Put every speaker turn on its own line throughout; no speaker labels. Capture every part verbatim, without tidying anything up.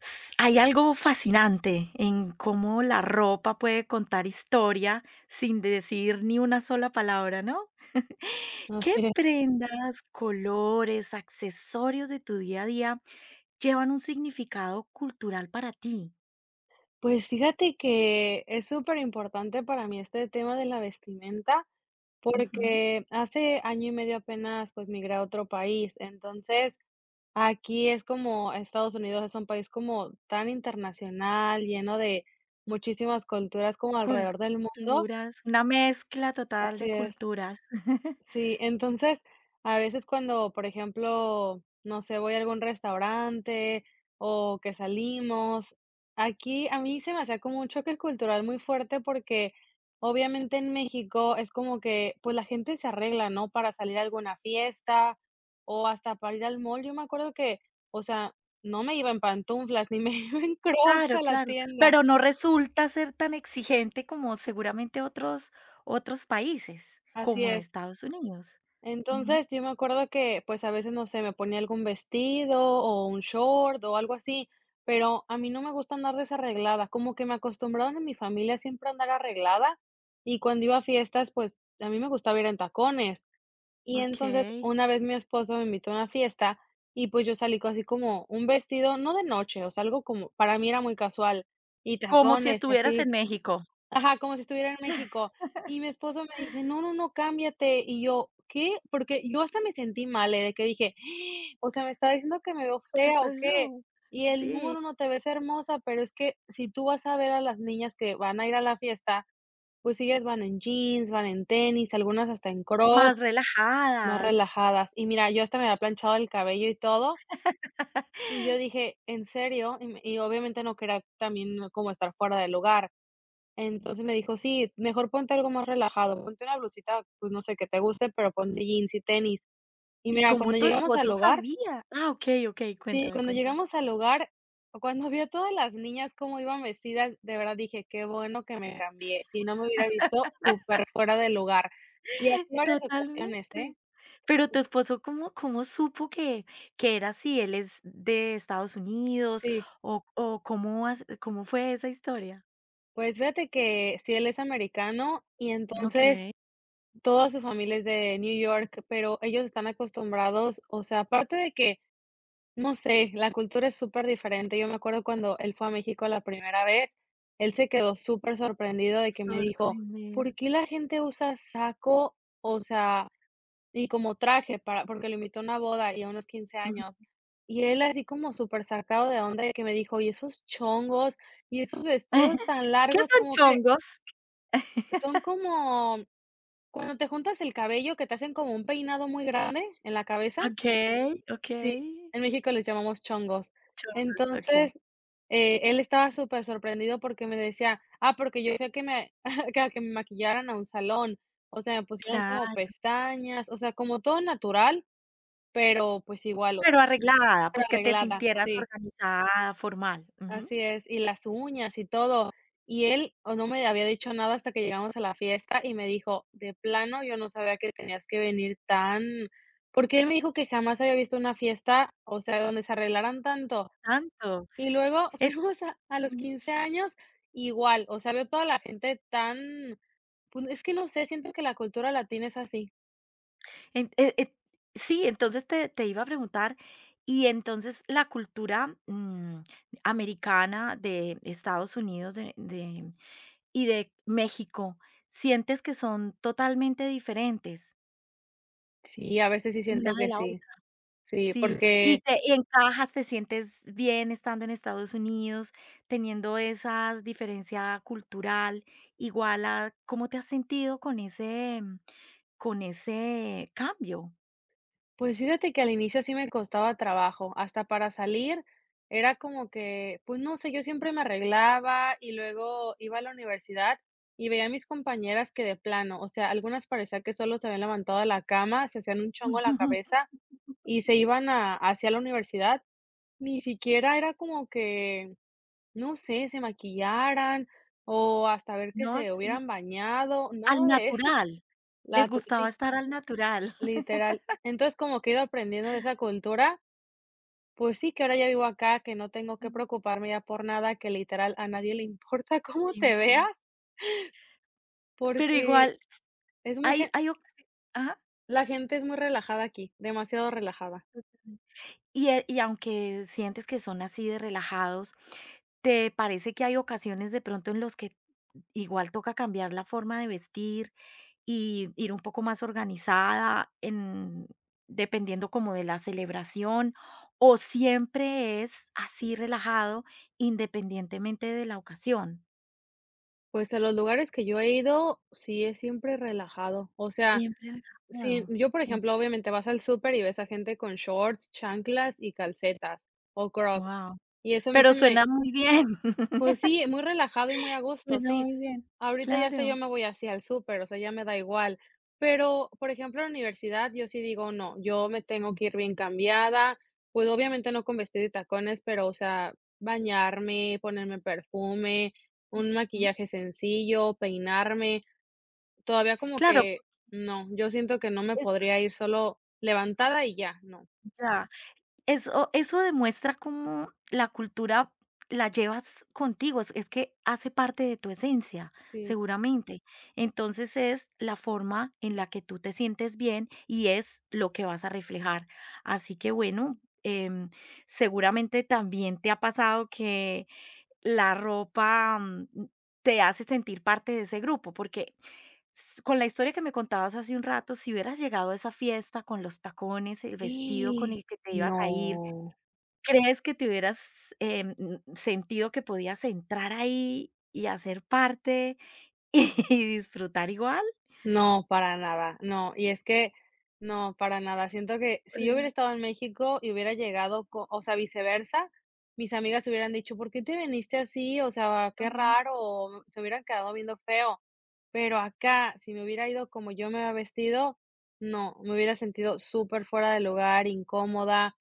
S- Hay algo fascinante en cómo la ropa puede contar historia sin decir ni una sola palabra, ¿no? ¿Qué
Así es.
prendas, colores, accesorios de tu día a día llevan un significado cultural para ti?
Pues fíjate que es súper importante para mí este tema de la vestimenta,
Ujú.
porque hace año y medio apenas, pues, migré a otro país. Entonces, aquí es como Estados Unidos es un país como tan internacional, lleno de muchísimas culturas como alrededor del mundo.
Culturas, una mezcla total
Así
de
es.
culturas.
Sí, entonces, a veces cuando, por ejemplo, no sé, voy a algún restaurante o que salimos, aquí a mí se me hacía como un choque cultural muy fuerte porque obviamente en México es como que pues la gente se arregla, ¿no? Para salir a alguna fiesta o hasta para ir al mall. Yo me acuerdo que, o sea, no me iba en pantuflas ni me iba en Crocs
Claro,
a la
claro,
tienda.
pero no resulta ser tan exigente como seguramente otros otros países,
Así
como
es.
Estados Unidos. Ujú.
Entonces, yo me acuerdo que, pues, a veces, no sé, me ponía algún vestido o un short o algo así, pero a mí no me gusta andar desarreglada, como que me acostumbraron en mi familia siempre a andar arreglada y cuando iba a fiestas, pues, a mí me gustaba ir en tacones. Y entonces,
Okey.
una vez mi esposo me invitó a una fiesta y, pues, yo salí con así como un vestido, no de noche, o sea, algo como para mí era muy casual y
Como si
tacones y
estuvieras en
así.
México.
Ajá, como si estuviera en México. Y mi esposo me dice: "No, no, no, cámbiate". Y yo: "¿Qué?". Porque yo hasta me sentí mal, eh, de que dije: "Ah, o sea, ¿me está diciendo que me veo
¿Qué
fea o qué?".
pasó?
Y él: "No,
Sí,
no, no, te ves hermosa, pero es que si tú vas a ver a las niñas que van a ir a la fiesta, pues ellas van en jeans, van en tenis, algunas hasta en
más
Crocs, más
relajadas.
relajadas". Y mira, yo hasta me había planchado el cabello y todo, y yo dije: "¿En serio?". Y me y obviamente no quería también como estar fuera del lugar. Entonces me dijo: "Sí, mejor ponte algo más relajado, ponte una blusita, pues, no sé, que te guste, pero ponte jeans y tenis". Y
¿Y
mira,
cómo
cuando
tu
llegamos al
esposo
hogar
sabía? Ah, okey, okey,
sí,
cuéntame,
cuando
cuéntame.
llegamos al hogar, cuando vi a todas las niñas cómo iban vestidas, de verdad dije: "Qué bueno que me cambié", si no me hubiera visto súper fuera del lugar. Y así varias ocasiones, ¿eh?
Totalmente. Pero tu esposo, ¿cómo cómo supo que que era así? ¿Él es de Estados Unidos?
Sí.
¿O o cómo has cómo fue esa historia?
Pues fíjate que sí, él es americano y entonces
Okey,
toda su familia es de New York, pero ellos están acostumbrados, o sea, aparte de que no sé, la cultura es súper diferente. Yo me acuerdo cuando él fue a México la primera vez, él se quedó súper sorprendido de que me dijo:
sorprender.
"¿Por qué la gente usa saco?", o sea, y como traje para porque lo invitó a una boda y a unos quince
Ujú.
años. Y él así como súper sacado de onda de que me dijo: "Y esos chongos, y esos vestidos tan
¿Qué
largos",
son
como que
chongos?
son como cuando te juntas el cabello que te hacen como un peinado muy grande en la cabeza.
Okey,
Sí,
okey,
en México les llamamos chongos.
chongos, okey.
Entonces, eh, él estaba súper sorprendido porque me decía: "Ah, porque yo fui a que me que a que me maquillaran a un salón, o sea, me pusieron como
Claro,
pestañas, o sea, como todo natural, pero, pues, igual, o
pero
sea,
arreglada, pues, que te
arreglada".
sintieras
Sí,
organizada, formal. Ujú.
así es, y las uñas y todo. Y él, o no me había dicho nada hasta que llegamos a la fiesta y me dijo: "De plano, yo no sabía que tenías que venir tan", porque él me dijo que jamás había visto una fiesta, o sea, donde se arreglaran tanto.
Tanto.
Y luego
Eh,
fuimos a a los
ujú.
quince años, igual, o sea, veo toda la gente tan, pues, es que no sé, siento que la cultura latina es así.
En eh eh, sí, entonces te te iba a preguntar, y entonces la cultura, mm, americana de Estados Unidos, de de y de México, ¿sientes que son totalmente diferentes
Sí, a veces sí
una
siento
de
que
la otra?
sí. Sí,
Sí, y
porque,
te y encajas, te sientes bien estando en Estados Unidos, teniendo esa diferencia cultural, igual a ¿cómo te has sentido con ese mm, con ese cambio?
pues, fíjate que al inicio sí me costaba trabajo, hasta para salir era como que, pues, no sé, yo siempre me arreglaba y luego iba a la universidad y veía a mis compañeras que de plano, o sea, algunas parecía que solo se habían levantado de la cama, se hacían un chongo en
Ujú.
la cabeza y se iban a hacia la universidad. Ni siquiera era como que, no sé, se maquillaran o hasta ver que
No,
se
sí,
hubieran bañado,
al
nada de eso.
natural,
La
les
tu
gustaba
sí,
estar al natural.
literal. Entonces, como que he ido aprendiendo de esa cultura, pues sí, que ahora ya vivo acá, que no tengo que preocuparme ya por nada, que literal a nadie le importa cómo
Sí,
te
claro.
veas,
Pero
porque
igual
es muy
hay
gen
hay oc ajá.
la gente es muy relajada aquí, demasiado relajada.
Y, eh, y aunque sientes que son así de relajados, ¿te parece que hay ocasiones de pronto en los que igual toca cambiar la forma de vestir y ir un poco más organizada en, dependiendo como de la celebración? ¿O siempre es así relajado independientemente de la ocasión?
Pues a los lugares que yo he ido, sí es siempre relajado. O sea,
Siempre
sí,
relajado.
yo, por
Qué
ejemplo,
interesante.
obviamente vas al súper y ves a gente con shorts, chanclas y calcetas o Crocs.
Wow.
Y eso a mí se
Pero
me,
suena muy bien.
pues sí, muy relajado y muy a gusto,
Suena
sí.
muy bien.
Ahorita ya hasta yo
Claro.
me voy así al súper, o sea, ya me da igual. Pero, por ejemplo, en la universidad yo sí digo, no, yo me tengo que ir bien cambiada, pues obviamente no con vestido y tacones, pero, o sea, bañarme, ponerme perfume, un
Ujú.
maquillaje sencillo, peinarme. Todavía como
Claro,
que no, yo siento que no me
es
podría ir solo levantada y ya, no.
Eso eso demuestra cómo la cultura la llevas contigo, es es que hace parte de tu esencia,
Sí.
seguramente. Entonces, es la forma en la que tú te sientes bien y es lo que vas a reflejar. Así que, bueno, em, seguramente también te ha pasado que la ropa, mm, te hace sentir parte de ese grupo, porque s con la historia que me contabas hace un rato, si hubieras llegado a esa fiesta con los tacones, el vestido con
¡Ih!
el que te ibas a ir
No,
¿Crees que te hubieras, em, mm, sentido que podías entrar ahí y hacer parte y disfrutar igual?
no, para nada, no. Y es que no, para nada. Siento que
Por
si yo
el
hubiera estado en México y hubiera llegado co o sea, viceversa, mis amigas hubieran dicho: "¿Por qué te viniste así? O sea, qué
ajá,
raro", o se hubieran quedado viendo feo. Pero acá, si me hubiera ido como yo me había vestido, no, me hubiera sentido súper fuera de lugar, incómoda,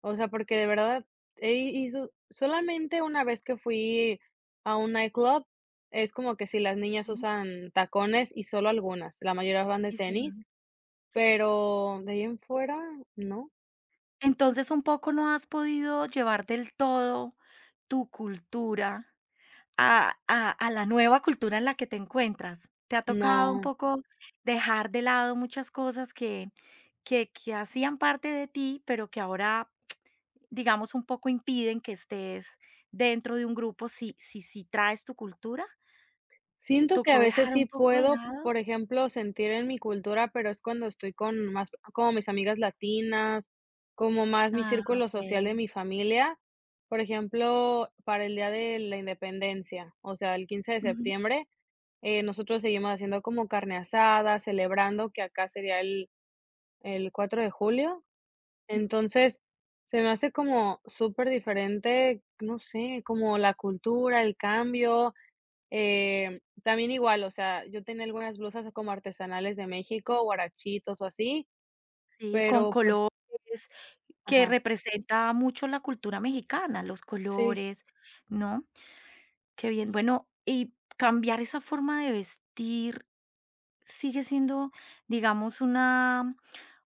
o sea, porque de verdad, he hizo solamente una vez que fui a un nightclub, es como que si las niñas
ujú,
usan tacones y solo algunas, la mayoría van de
y solo
tenis, pero de ahí en fuera, no,
Entonces, un poco no has podido llevar del todo tu cultura a a a la nueva cultura en la que te encuentras. ¿Te ha tocado un
no.
poco dejar de lado muchas cosas que que que hacían parte de ti, pero que ahora digamos, un poco impiden que estés dentro de un grupo si si si traes tu cultura.
Siento que a
¿Tocó
veces
dejar un
sí
poco de
puedo,
lado?
por ejemplo, sentir en mi cultura, pero es cuando estoy con más como mis amigas latinas, como más mi
Ah,
círculo social de
okey.
mi familia. Por ejemplo, para el día de la independencia, o sea, el quince de
Ujú.
septiembre, Eh, nosotros seguimos haciendo como carne asada, celebrando que acá sería el el cuatro de julio. Entonces, se me hace como súper diferente, no sé, como la cultura, el cambio. Eh, también igual, o sea, yo tenía algunas blusas como artesanales de México, guarachitos o así,
Sí, con
pero
colores,
pues
que
ajá,
representa mucho la cultura mexicana, los
sí.
colores, ¿no? Qué bien. Bueno, y cambiar esa forma de vestir sigue siendo, digamos, una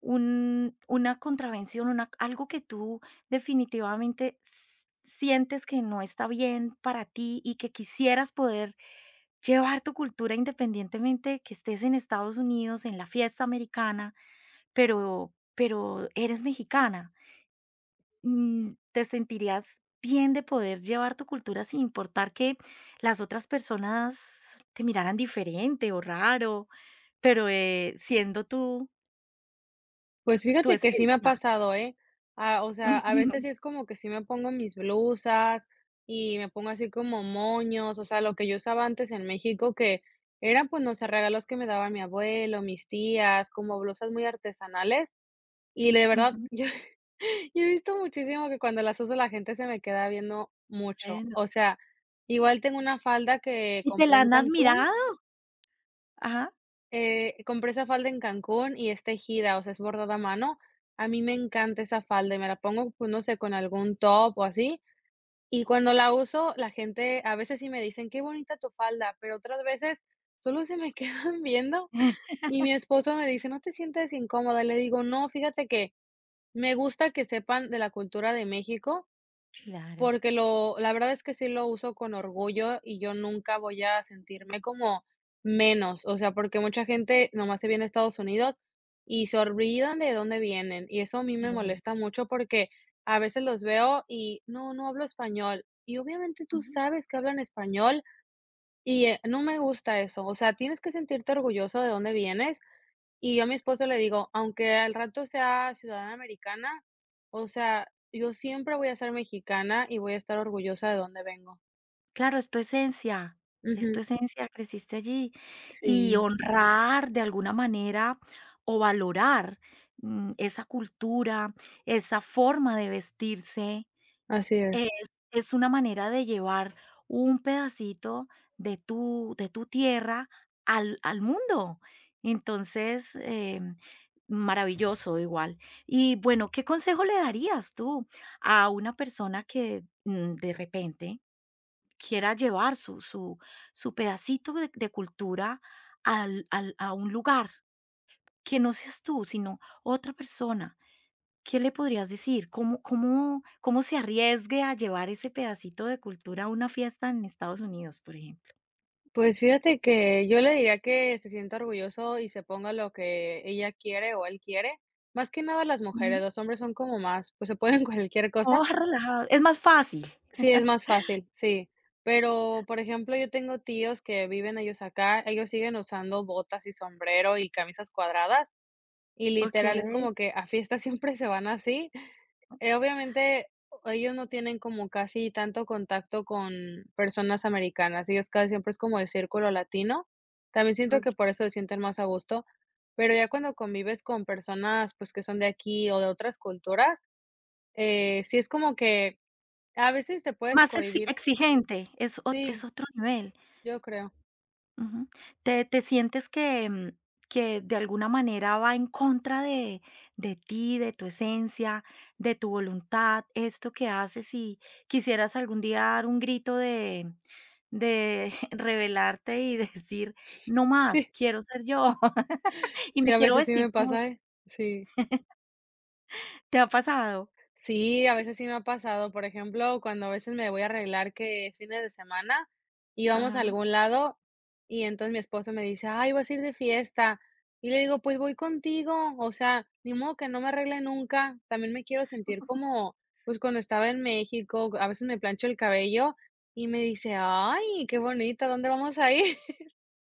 un una contravención, una algo que tú definitivamente s sientes que no está bien para ti y que quisieras poder llevar tu cultura independientemente que estés en Estados Unidos, en la fiesta americana, pero pero eres mexicana. Mm, ¿te sentirías bien de poder llevar tu cultura sin importar que las otras personas te miraran diferente o raro? Pero, eh, siendo tu
Pues
tu
fíjate que sí me ha
esencia.
pasado, ¿eh? Ah, o sea, a
Ujú,
veces sí es como que sí me pongo mis blusas y me pongo así como moños, o sea, lo que yo usaba antes en México, que eran, pues, no sé, regalos que me daban mi abuelo, mis tías, como blusas muy artesanales. Y de verdad,
ujú.
yo, yo he visto muchísimo que cuando las uso la gente se me queda viendo mucho.
Bueno.
O sea, igual tengo una falda que
¿Y te
compré
la
en
han
Cancún,
admirado? Ajá.
eh, compré esa falda en Cancún y es tejida, o sea, es bordada a mano. A mí me encanta esa falda y me la pongo, pues, no sé, con algún top o así. Y cuando la uso, la gente a veces sí me dicen: "Qué bonita tu falda", pero otras veces solo se me quedan viendo y mi esposo me dice: "¿No te sientes incómoda?". Le digo: "No, fíjate que me gusta que sepan de la cultura de México,
Claro.
porque lo la verdad es que sí lo uso con orgullo y yo nunca voy a sentirme como menos, o sea, porque mucha gente nomás se viene a Estados Unidos y se olvidan de dónde vienen, y eso a mí
De
me
ver-
molesta mucho porque a veces los veo y: "No, no hablo español", y obviamente tú
ujú.
sabes que hablan español y, eh, no me gusta eso, o sea, tienes que sentirte orgulloso de dónde vienes y yo a mi esposo le digo: "Aunque al rato sea ciudadana americana, o sea, yo siempre voy a ser mexicana y voy a estar orgullosa de dónde vengo".
Claro, es tu esencia, es
Ujú,
tu esencia, creciste allí. Y
sí,
honrar de alguna manera o valorar, mm, esa cultura, esa forma de vestirse
así es.
Es es una manera de llevar un pedacito de tu de tu tierra al al mundo. Entonces, em, maravilloso igual. Y bueno, ¿qué consejo le darías tú a una persona que, mm, de repente quiera llevar su su su pedacito de de cultura al al a un lugar que no seas tú, sino otra persona? ¿Qué le podrías decir? ¿Cómo cómo cómo se arriesgue a llevar ese pedacito de cultura a una fiesta en Estados Unidos, por ejemplo?
Pues fíjate que yo le diría que se sienta orgulloso y se ponga lo que ella quiere o él quiere. Más que nada las mujeres,
Mm.
los hombres son como más, pues se ponen cualquier
¿Cómo
cosa.
bajar relajado? Es más fácil.
Sí, es más fácil, sí. Pero, por ejemplo, yo tengo tíos que viven ellos acá, ellos siguen usando botas y sombrero y camisas cuadradas, y literal es
Okey,
como que a fiestas siempre se van así. Eh, obviamente, ellos no tienen como casi tanto contacto con personas americanas, ellos casi siempre es como el círculo latino. También siento que
okey.
por eso se sienten más a gusto, pero ya cuando convives con personas, pues, que son de aquí o de otras culturas, eh, sí es como que a veces te puedes
Más exi
cohibir.
exigente, es ot es
Sí,
otro nivel.
yo creo.
Ujú. ¿Te te sientes que, mm, que de alguna manera va en contra de de ti, de tu esencia, de tu voluntad, esto que haces, y quisieras algún día dar un grito de de rebelarte y decir: "No más,
Sí,
quiero ser yo, y
sí,
me
a
quiero
veces sí
vestir
me
como"
pasa, ¿eh? Sí.
¿Te ha pasado?
Sí, a veces sí me ha pasado, por ejemplo, cuando a veces me voy a arreglar que es fines de semana y vamos a
Ajá.
algún lado y entonces mi esposo me dice, ay, vas a ir de fiesta. Y le digo, pues voy contigo, o sea, ni modo que no me arregle nunca. También me quiero sentir como, pues cuando estaba en México, a veces me plancho el cabello y me dice, ay, qué bonita, ¿dónde vamos a ir?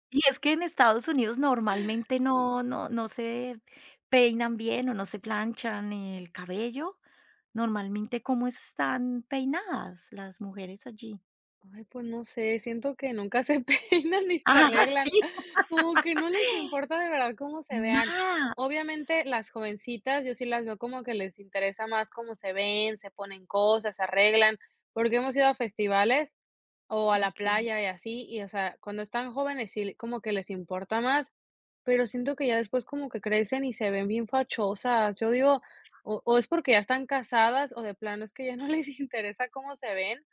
Y es que en Estados Unidos normalmente no no no se peinan bien o no se planchan el cabello. Normalmente, ¿cómo están peinadas las mujeres allí?
Ay, pues no sé, siento que nunca se peinan ni se
Ah, sí,
arreglan, como que no les importa de verdad cómo se vean.
nada.
Obviamente, las jovencitas, yo sí las veo como que les interesa más cómo se ven, se ponen cosas, se arreglan, porque hemos ido a festivales o a la
Okey.
playa y así, y, o sea, cuando están jóvenes sí como que les importa más, pero siento que ya después como que crecen y se ven bien fachosas. Yo digo, o o es porque ya están casadas o de plano es que ya no les interesa cómo se ven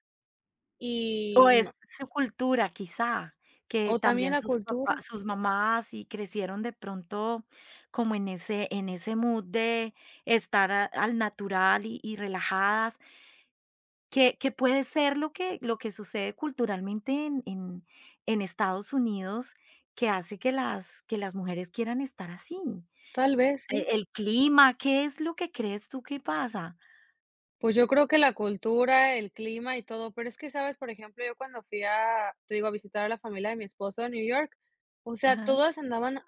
O
y
es
no
su cultura, quizá, que
o también
también
la
sus papá
cultura,
sus mamás y crecieron de pronto como en ese en ese mood de estar a al natural y y relajadas. Que que puede ser lo que lo que sucede culturalmente en en en Estados Unidos, que hace que las que las mujeres quieran estar así.
tal vez
E
sí.
el clima, ¿qué es lo que crees tú que pasa?
Pues yo creo que la cultura, el clima y todo, pero es que, ¿sabes? Por ejemplo, yo cuando fui a, te digo, a visitar a la familia de mi esposo a New York, o sea,
Ajá.
todas andaban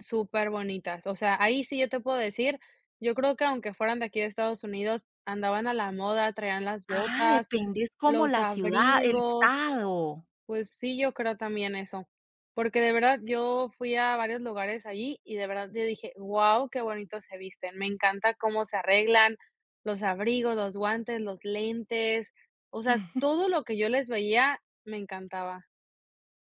súper bonitas. O sea, ahí sí yo te puedo decir, yo creo que aunque fueran de aquí de Estados Unidos, andaban a la moda, traían las
Ah,
botas,
depende, es como
los
la ciudad, el
abrigos.
estado.
Pues sí, yo creo también eso, porque de verdad yo fui a varios lugares allí y de verdad yo dije: "Guau, qué bonito se visten". Me encanta cómo se arreglan, los abrigos, los guantes, los lentes, o sea, todo lo que yo les veía me encantaba.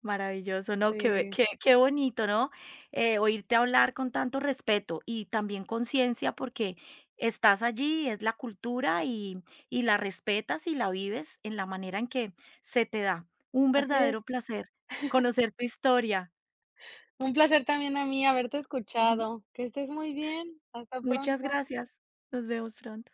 Maravilloso, no, qué
Sí,
qué qué bonito, ¿no? Eh, oírte hablar con tanto respeto y también conciencia, porque estás allí, es la cultura y y la respetas y la vives en la manera en que se te da. Un
así
verdadero
es.
placer conocer tu historia.
Un placer también a mí haberte
Ujú.
escuchado. Que estés muy bien. Hasta
Muchas
pronto.
gracias. Nos vemos pronto.